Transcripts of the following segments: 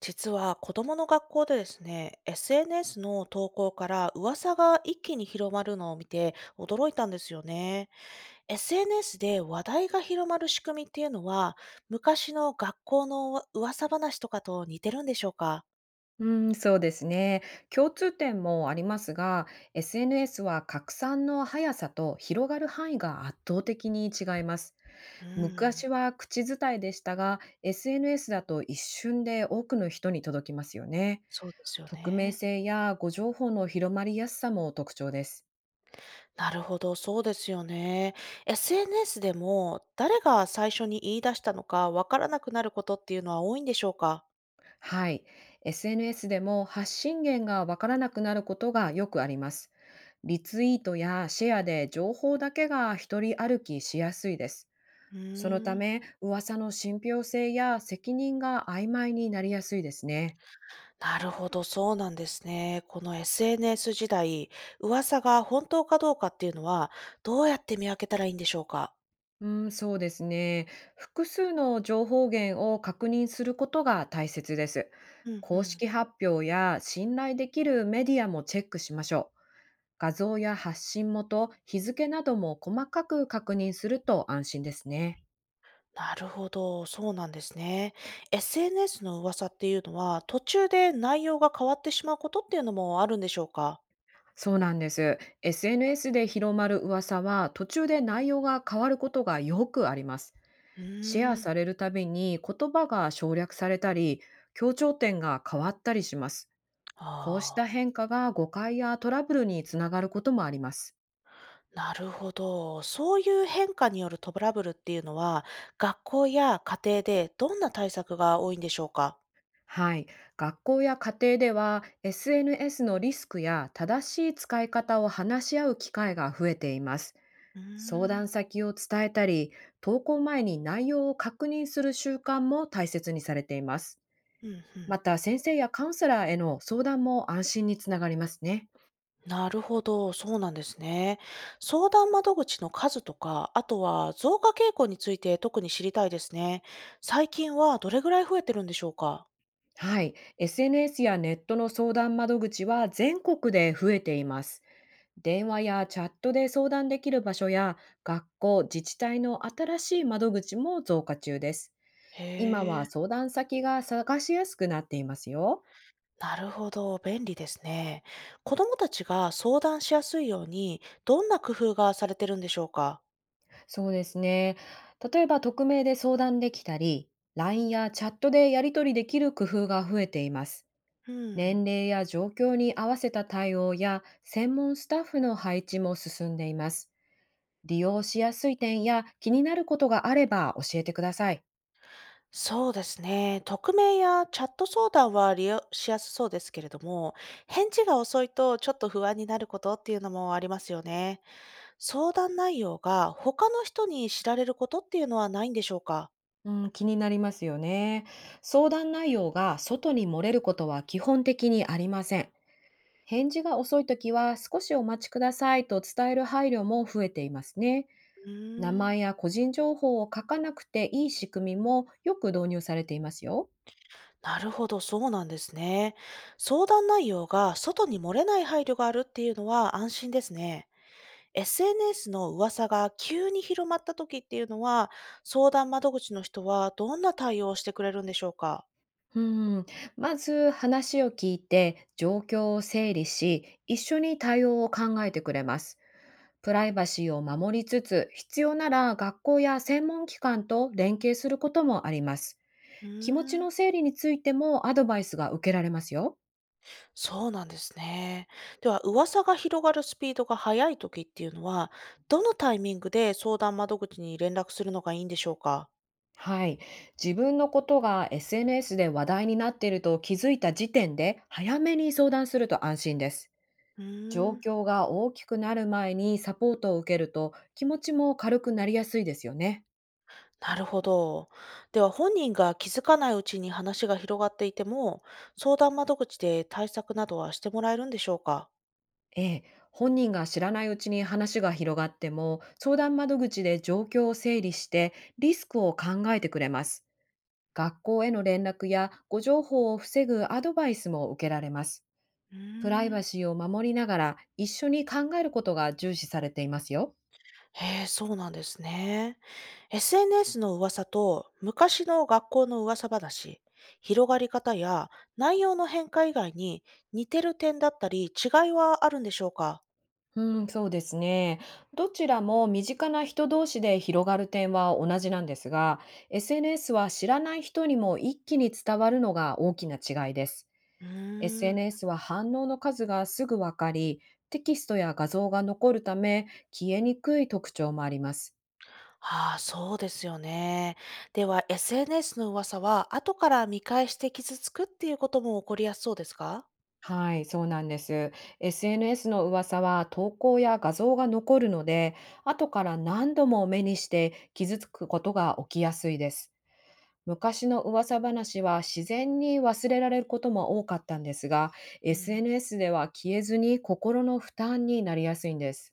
実は子供の学校でですね、SNS の投稿から噂が一気に広まるのを見て驚いたんですよね。SNS で話題が広まる仕組みっていうのは、昔の学校の噂話とかと似てるんでしょうか。うん、そうですね。共通点もありますが、SNS は拡散の速さと広がる範囲が圧倒的に違います。うん、昔は口伝えでしたが、SNS だと一瞬で多くの人に届きますよね。そうですよ匿名ね。性や誤情報の広まりやすさも特徴です。なるほど、そうですよね。SNS でも誰が最初に言い出したのかわからなくなることっていうのは多いんでしょうか。はい。SNS でも発信源がわからなくなることがよくあります。リツイートやシェアで情報だけが一人歩きしやすいです。うーそのたん。め、噂の信憑性や責任が曖昧になりやすいですね。なるほど、そうなんですね。この SNS 時代、噂が本当かどうかっていうのは、どうやって見分けたらいいんでしょうか？うん、そうですね。複数の情報源を確認することが大切です。うんう公ん。式発表や信頼できるメディアもチェックしましょう。画像や発信元、日付なども細かく確認すると安心ですね。なるほど、そうなんですね。SNS の噂っていうのは、途中で内容が変わってしまうことっていうのもあるんでしょうか？そうなんです。SNS で広まる噂は途中で内容が変わることがよくあります。うシェアーん。されるたびに言葉が省略されたり、強調点が変わったりします。こうしたああ、変化が誤解やトラブルにつながることもあります。なるほど。そういう変化によるトラブルっていうのは、学校や家庭でどんな対策が多いんでしょうか？はい。学校や家庭では SNS のリスクや正しい使い方を話し合う機会が増えています。うー相談ん。先を伝えたり、投稿前に内容を確認する習慣も大切にされています。うん、うん。また、先生やカウンセラーへの相談も安心につながりますね。なるほど、そうなんですね。相談窓口の数とか、あとは増加傾向について特に知りたいですね。最近はどれぐらい増えてるんでしょうか。はい、SNS やネットの相談窓口は全国で増えています。電話やチャットで相談できる場所や学校、自治体の新しい窓口も増加中です。今へはえ、相談先が探しやすくなっていますよ。なるほど、便利ですね。子供たちが相談しやすいように、どんな工夫がされてるんでしょうか。そうですね。例えば匿名で相談できたり、LINE やチャットでやり取りできる工夫が増えています。うん。年齢や状況に合わせた対応や専門スタッフの配置も進んでいます。利用しやすい点や気になることがあれば教えてください。そうですね。匿名やチャット相談は利用しやすそうですけれども、返事が遅いとちょっと不安になることっていうのもありますよね。相談内容が他の人に知られることっていうのはないんでしょうか？うん、気になりますよね。相談内容が外に漏れることは基本的にありません。返事が遅いときは少しお待ちくださいと伝える配慮も増えていますね。う名ーん、前や個人情報を書かなくていい仕組みもよく導入されていますよ。なるほど、そうなんですね。相談内容が外に漏れない配慮があるっていうのは安心ですね。SNS の噂が急に広まった時っていうのは、相談窓口の人はどんな対応をしてくれるんでしょうか？うん、まず話を聞いて状況を整理し、一緒に対応を考えてくれます。プライバシーを守りつつ、必要なら学校や専門機関と連携することもあります。う気持ちーのん、整理についてもアドバイスが受けられますよ。そうなんですね。では、噂が広がるスピードが速い時っていうのは、どのタイミングで相談窓口に連絡するのがいいんでしょうか？はい。自分のことが SNS で話題になっていると気づいた時点で、早めに相談すると安心です。う状ーん、況が大きくなる前にサポートを受けると、気持ちも軽くなりやすいですよね。なるほど。では本人が気づかないうちに話が広がっていても、相談窓口で対策などはしてもらえるんでしょうか。ええ、本人が知らないうちに話が広がっても、相談窓口で状況を整理して、リスクを考えてくれます。学校への連絡やご情報を防ぐアドバイスも受けられます。うープライバん。シーを守りながら、一緒に考えることが重視されていますよ。へえ、そうなんですね。SNS の噂と昔の学校の噂話、広がり方や内容の変化以外に似てる点だったり違いはあるんでしょうか。うん、そうですね。どちらも身近な人同士で広がる点は同じなんですが、SNS は知らない人にも一気に伝わるのが大きな違いです。うーん。SNS は反応の数がすぐわかり、テキストや画像が残るため消えにくい特徴もあります。ああ、そうですよね。では、SNS の噂は、後から見返して傷つくっていうことも起こりやすそうですか。はい、そうなんです。SNS の噂は投稿や画像が残るので、後から何度も目にして傷つくことが起きやすいです。昔の噂話は自然に忘れられることも多かったんですが、うん。SNS では消えずに心の負担になりやすいんです。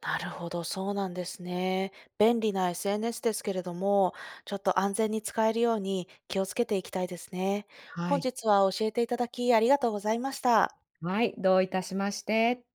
なるほど、そうなんですね。便利な SNS ですけれども、ちょっと安全に使えるように気をつけていきたいですね。は本い。日は教えていただきありがとうございました。はい、どういたしまして。